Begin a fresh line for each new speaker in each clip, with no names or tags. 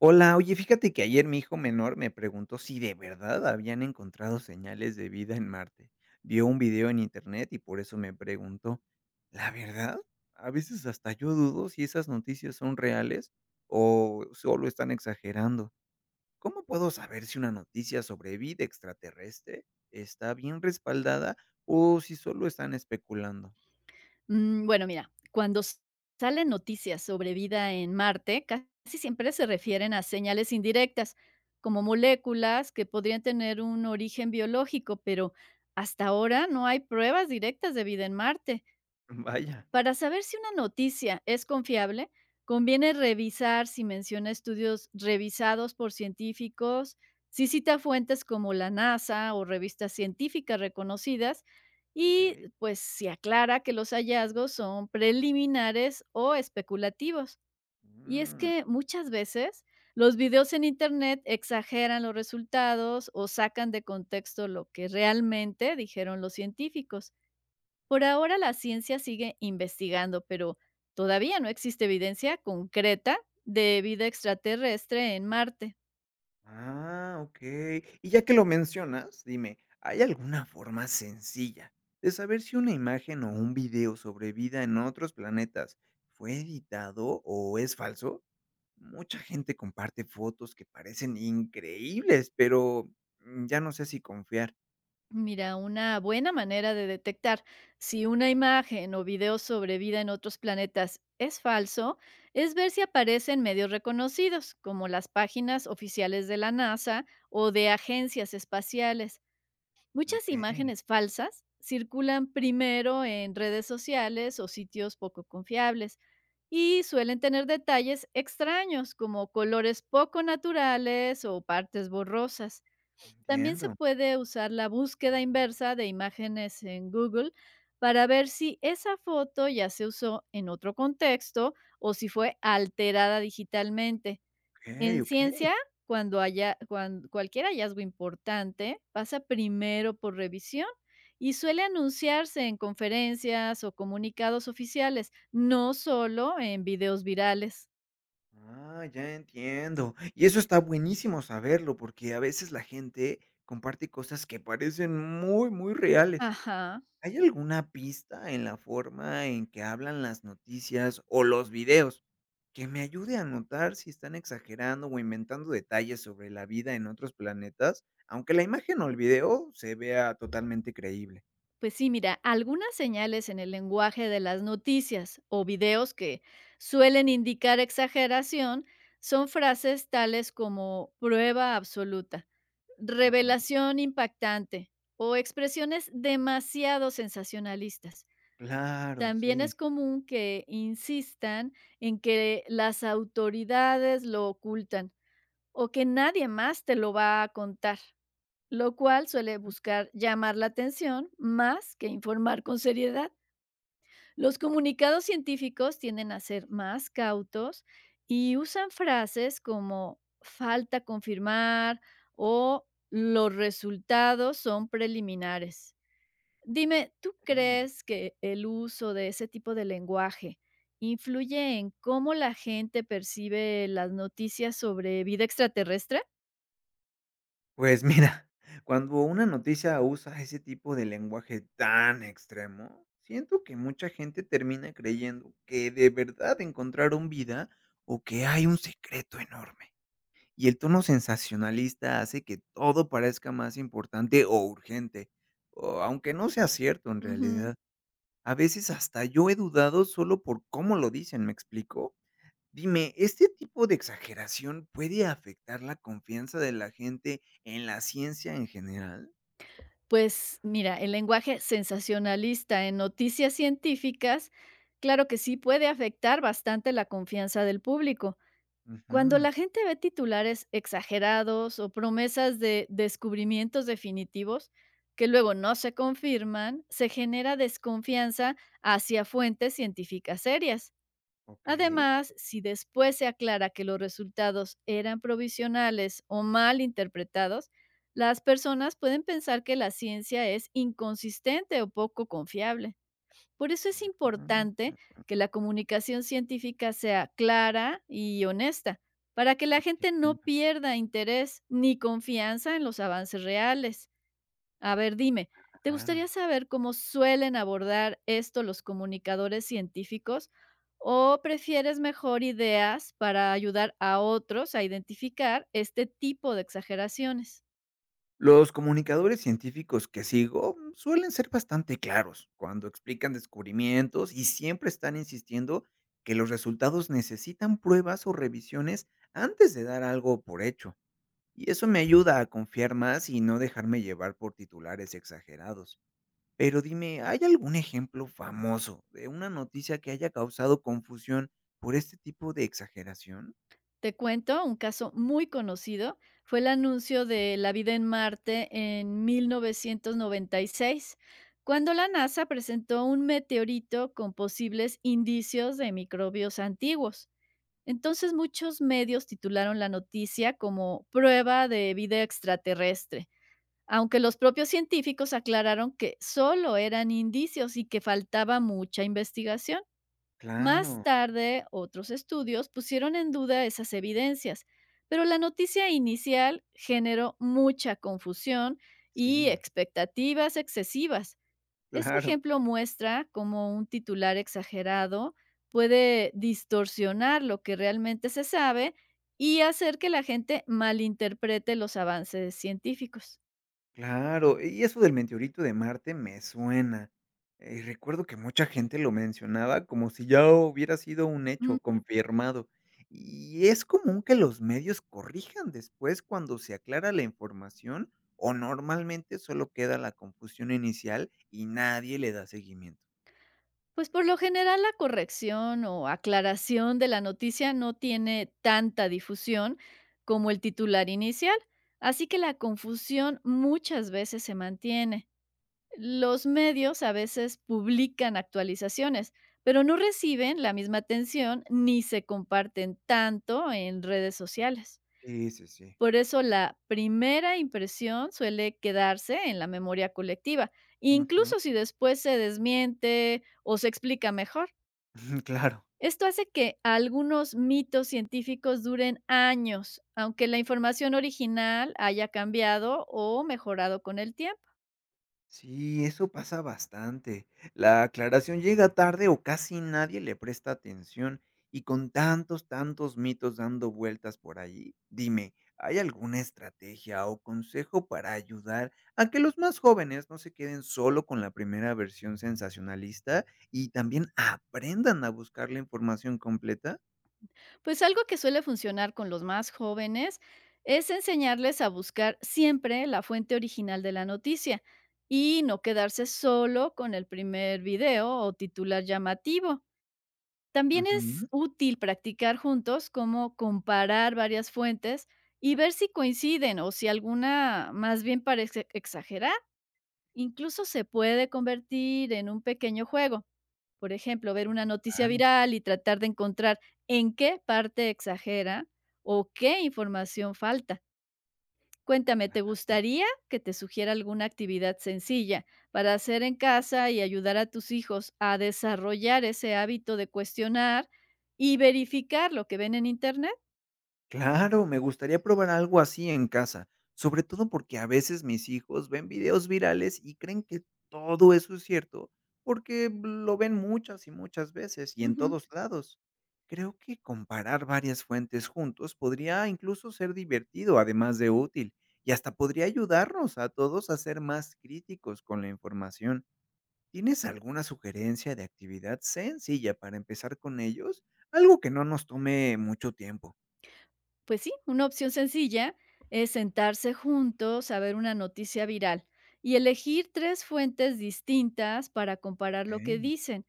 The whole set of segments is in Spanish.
Hola, oye, fíjate que ayer mi hijo menor me preguntó si de verdad habían encontrado señales de vida en Marte. Vio un video en internet y por eso me preguntó, ¿la verdad? A veces hasta yo dudo si esas noticias son reales o solo están exagerando. ¿Cómo puedo saber si una noticia sobre vida extraterrestre está bien respaldada o si solo están especulando?
Bueno, mira, cuando salen noticias sobre vida en Marte, casi siempre se refieren a señales indirectas, como moléculas que podrían tener un origen biológico, pero hasta ahora no hay pruebas directas de vida en Marte.
Vaya,
Para saber si una noticia es confiable, conviene revisar si menciona estudios revisados por científicos, si cita fuentes como la NASA o revistas científicas reconocidas,
ok.
y pues si aclara que los hallazgos son preliminares o especulativos. Y es
Mm.
que muchas veces los videos en Internet exageran los resultados o sacan de contexto lo que realmente dijeron los científicos. Por ahora la ciencia sigue investigando, pero todavía no existe evidencia concreta de vida extraterrestre en Marte.
Ah, okey. Y ya que lo mencionas, dime, ¿hay alguna forma sencilla de saber si una imagen o un video sobre vida en otros planetas fue editado o es falso? Mucha gente comparte fotos que parecen increíbles, pero, ya no sé si confiar.
Mira, una buena manera de detectar si una imagen o video sobre vida en otros planetas es falso es ver si aparecen medios reconocidos, como las páginas oficiales de la NASA o de agencias espaciales. Muchas
Okey,
imágenes falsas circulan primero en redes sociales o sitios poco confiables, y suelen tener detalles extraños, como colores poco naturales o partes borrosas. También se
entiendo.
puede usar la búsqueda inversa de imágenes en Google para ver si esa foto ya se usó en otro contexto o si fue alterada digitalmente.
Okey,
En
okey.
ciencia, cuando haya cuan cualquier hallazgo importante pasa primero por revisión y suele anunciarse en conferencias o comunicados oficiales, no solo en videos virales.
Ah, ya entiendo. Y eso está buenísimo saberlo, porque a veces la gente comparte cosas que parecen muy, muy reales.
Ajá.
¿Hay alguna pista en la forma en que hablan las noticias o los videos que me ayude a notar si están exagerando o inventando detalles sobre la vida en otros planetas, aunque la imagen o el video se vea totalmente creíble?
Pues sí, mira, algunas señales en el lenguaje de las noticias o videos que suelen indicar exageración son frases tales como prueba absoluta,
Ujú.
revelación impactante o expresiones demasiado sensacionalistas.
Claro,
También
sí.
es común que insistan en que las autoridades lo ocultan o que nadie más te lo va a contar, lo cual suele buscar llamar la atención más que informar con seriedad. Los comunicados científicos tienden a ser más cautos y usan frases como falta confirmar o los resultados son preliminares. Dime, ¿tú
Okey.
crees que el uso de ese tipo de lenguaje influye en cómo la gente percibe las noticias sobre vida extraterrestre?
Pues mira, cuando una noticia usa ese tipo de lenguaje tan extremo, siento que mucha gente termina creyendo que de verdad encontraron vida o que hay un secreto enorme. Y el tono sensacionalista hace que todo parezca más importante o urgente, o aunque no sea cierto en
Ujú.
realidad. A veces hasta yo he dudado solo por cómo lo dicen, ¿me explico? Dime, ¿este tipo de exageración puede afectar la confianza de la gente en la ciencia en general?
Pues mira, el lenguaje sensacionalista en noticias científicas claro que sí puede afectar bastante la confianza del público. Cuando
Ujú,
la gente ve titulares exagerados o promesas de descubrimientos definitivos que luego no se confirman, se genera desconfianza hacia fuentes científicas serias.
ok.
Además, si después se aclara que los resultados eran provisionales o mal interpretados, las personas pueden pensar que la ciencia es inconsistente o poco confiable. Por eso es
Ah,
importante que la comunicación científica sea clara y honesta, para que la gente no
entiendo,
pierda interés ni confianza en los avances reales. A ver, dime, ¿te
claro.
gustaría saber cómo suelen abordar esto los comunicadores científicos o prefieres mejor ideas para ayudar a otros a identificar este tipo de exageraciones?
Los comunicadores científicos que sigo suelen ser bastante claros cuando explican descubrimientos y siempre están insistiendo que los resultados necesitan pruebas o revisiones antes de dar algo por hecho. Y eso me ayuda a confiar más y no dejarme llevar por titulares exagerados. Pero dime, ¿hay algún ejemplo famoso de una noticia que haya causado confusión por este tipo de exageración?
Te cuento, un caso muy conocido fue el anuncio de la vida en Marte en 1996, cuando la NASA presentó un meteorito con posibles indicios de microbios antiguos. Entonces muchos medios titularon la noticia como prueba de vida extraterrestre, aunque los propios científicos aclararon que solo eran indicios y que faltaba mucha investigación. Más
Claro,
tarde, otros estudios pusieron en duda esas evidencias, pero la noticia inicial generó mucha confusión y
sí,
expectativas excesivas. Ese
claro.
ejemplo muestra cómo un titular exagerado puede distorsionar lo que realmente se sabe y hacer que la gente malinterprete los avances científicos.
Claro, y eso del meteorito de Marte me suena. Recuerdo que mucha gente lo mencionaba como si ya hubiera sido un hecho
Mm.
confirmado. ¿Y es común que los medios corrijan después cuando se aclara la información o normalmente solo queda la confusión inicial y nadie le da seguimiento?
Pues por lo general la corrección o aclaración de la noticia no tiene tanta difusión como el titular inicial, así que la confusión muchas veces se mantiene. Los medios a veces publican actualizaciones, pero no reciben la misma atención ni se comparten tanto en redes sociales.
Sí, sí, sí.
Por eso la primera impresión suele quedarse en la memoria colectiva,
Ujú,
incluso si después se desmiente o se explica mejor.
claro.
Esto hace que algunos mitos científicos duren años, aunque la información original haya cambiado o mejorado con el tiempo.
Sí, eso pasa bastante. La aclaración llega tarde o casi nadie le presta atención y con tantos mitos dando vueltas por allí, dime, ¿hay alguna estrategia o consejo para ayudar a que los más jóvenes no se queden solo con la primera versión sensacionalista y también aprendan a buscar la información completa?
Pues algo que suele funcionar con los más jóvenes es enseñarles a buscar siempre la fuente original de la noticia y no quedarse solo con el primer video o titular llamativo. También
Ujú.
es útil practicar juntos cómo comparar varias fuentes y ver si coinciden o si alguna más bien parece exagerar. Incluso se puede convertir en un pequeño juego. Por ejemplo, ver una noticia
Claro,
viral y tratar de encontrar en qué parte exagera o qué información falta. Cuéntame, ¿te
claro.
gustaría que te sugiera alguna actividad sencilla para hacer en casa y ayudar a tus hijos a desarrollar ese hábito de cuestionar y verificar lo que ven en Internet?
Claro, me gustaría probar algo así en casa, sobre todo porque a veces mis hijos ven videos virales y creen que todo eso es cierto, porque lo ven muchas y muchas veces y en
Ujú.
todos lados. Creo que comparar varias fuentes juntos podría incluso ser divertido, además de útil, y hasta podría ayudarnos a todos a ser más críticos con la información. ¿Tienes alguna sugerencia de actividad sencilla para empezar con ellos? Algo que no nos tome mucho tiempo.
Pues sí, una opción sencilla es sentarse juntos a ver una noticia viral y elegir tres fuentes distintas para comparar lo que
Ok.
dicen.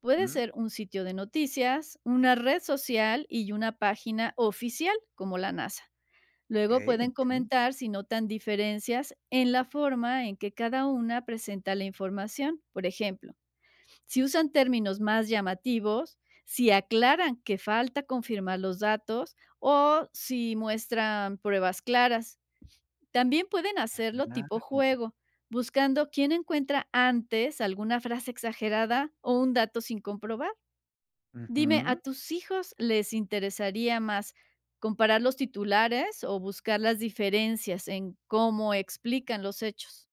Puede
Mm,
ser un sitio de noticias, una red social y una página oficial como la NASA. Luego
okey,
pueden
entiendo,
comentar si notan diferencias en la forma en que cada una presenta la información. Por ejemplo, si usan términos más llamativos, si aclaran que falta confirmar los datos o si muestran pruebas claras. También pueden hacerlo tipo
claro,
juego, buscando quién encuentra antes alguna frase exagerada o un dato sin comprobar. Dime, ¿a
ujú.
tus hijos les interesaría más comparar los titulares o buscar las diferencias en cómo explican los hechos?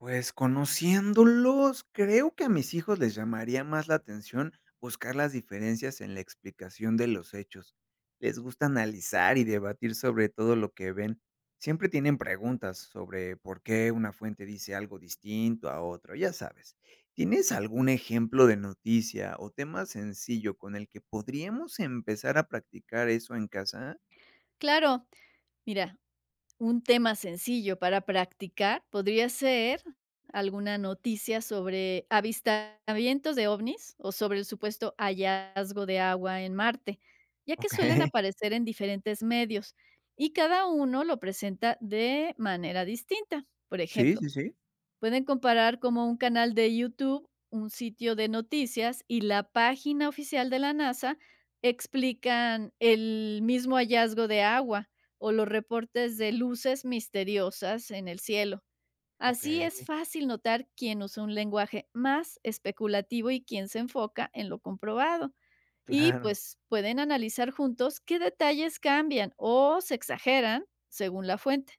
Pues, conociéndolos, creo que a mis hijos les llamaría más la atención buscar las diferencias en la explicación de los hechos. Les gusta analizar y debatir sobre todo lo que ven. Siempre tienen preguntas sobre por qué una fuente dice algo distinto a otro, ya sabes. ¿Tienes algún ejemplo de noticia o tema sencillo con el que podríamos empezar a practicar eso en casa?
Claro, mira, un tema sencillo para practicar podría ser alguna noticia sobre avistamientos de ovnis o sobre el supuesto hallazgo de agua en Marte, ya que suelen
Okey,
aparecer en diferentes medios y cada uno lo presenta de manera distinta. Por
sí,
ejemplo,
sí, sí,
pueden comparar como un canal de YouTube, un sitio de noticias y la página oficial de la NASA explican el mismo hallazgo de agua o los reportes de luces misteriosas en el cielo. Así es
okey.
fácil notar quién usa un lenguaje más especulativo y quién se enfoca en lo comprobado. Y
Claro.
pues pueden analizar juntos qué detalles cambian o se exageran según la fuente.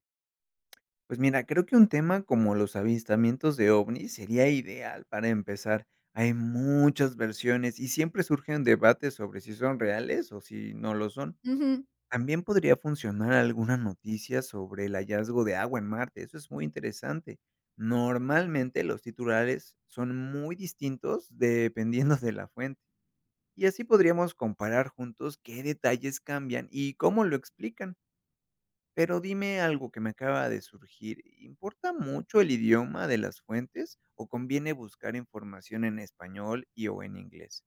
Pues mira, creo que un tema como los avistamientos de ovnis sería ideal para empezar. Hay muchas versiones y siempre surgen debates sobre si son reales o si no lo son.
Ujú.
También podría funcionar alguna noticia sobre el hallazgo de agua en Marte. Eso es muy interesante. Normalmente los titulares son muy distintos dependiendo de la fuente. Y así podríamos comparar juntos qué detalles cambian y cómo lo explican. Pero dime algo que me acaba de surgir, ¿importa mucho el idioma de las fuentes o conviene buscar información en español y o en inglés?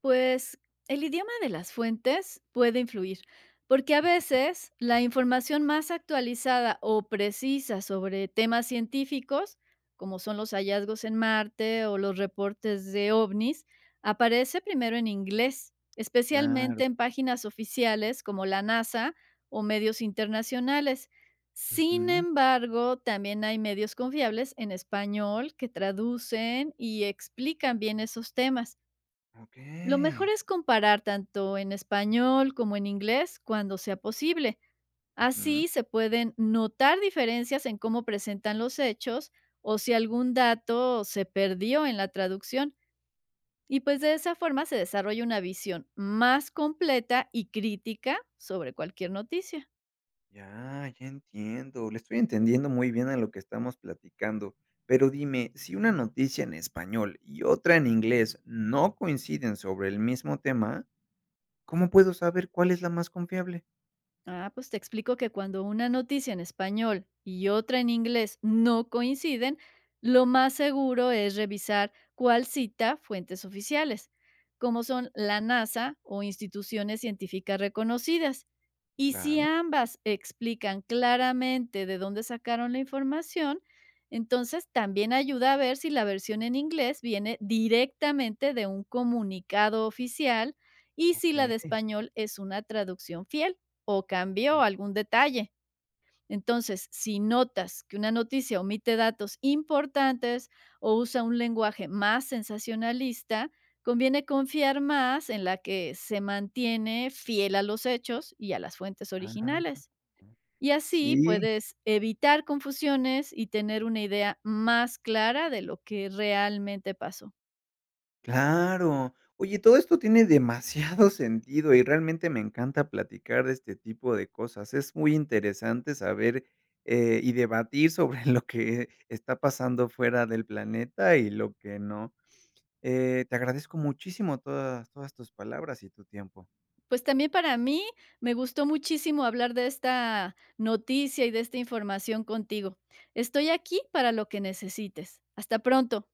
Pues el idioma de las fuentes puede influir, porque a veces la información más actualizada o precisa sobre temas científicos, como son los hallazgos en Marte o los reportes de ovnis, aparece primero en inglés,
Claro.
especialmente en páginas oficiales como la NASA o medios internacionales. Sin
Ujú.
embargo, también hay medios confiables en español que traducen y explican bien esos temas. Lo
Okey.
mejor es comparar tanto en español como en inglés cuando sea posible.
Ujú.
Así se pueden notar diferencias en cómo presentan los hechos o si algún dato se perdió en la traducción. Y pues de esa forma se desarrolla una visión más completa y crítica sobre cualquier noticia.
Ya, ya entiendo. Le estoy entendiendo muy bien a lo que estamos platicando. Pero dime, si una noticia en español y otra en inglés no coinciden sobre el mismo tema, ¿cómo puedo saber cuál es la más confiable?
Ah, pues te explico que cuando una noticia en español y otra en inglés no coinciden, lo más seguro es revisar cuál cita fuentes oficiales, como son la NASA o instituciones científicas reconocidas. Y si
Claro,
ambas explican claramente de dónde sacaron la información, entonces también ayuda a ver si la versión en inglés viene directamente de un comunicado oficial y si la de
okey.
español es una traducción fiel o cambió algún detalle. Entonces, si notas que una noticia omite datos importantes o usa un lenguaje más sensacionalista, conviene confiar más en la que se mantiene fiel a los hechos y a las fuentes
Ah.
originales. Y así
Sí.
puedes evitar confusiones y tener una idea más clara de lo que realmente pasó.
Claro. Oye, todo esto tiene demasiado sentido y realmente me encanta platicar de este tipo de cosas. Es muy interesante saber, y debatir sobre lo que está pasando fuera del planeta y lo que no. Te agradezco muchísimo todas tus palabras y tu tiempo.
Pues también para mí me gustó muchísimo hablar de esta noticia y de esta información contigo. Estoy aquí para lo que necesites. Hasta pronto.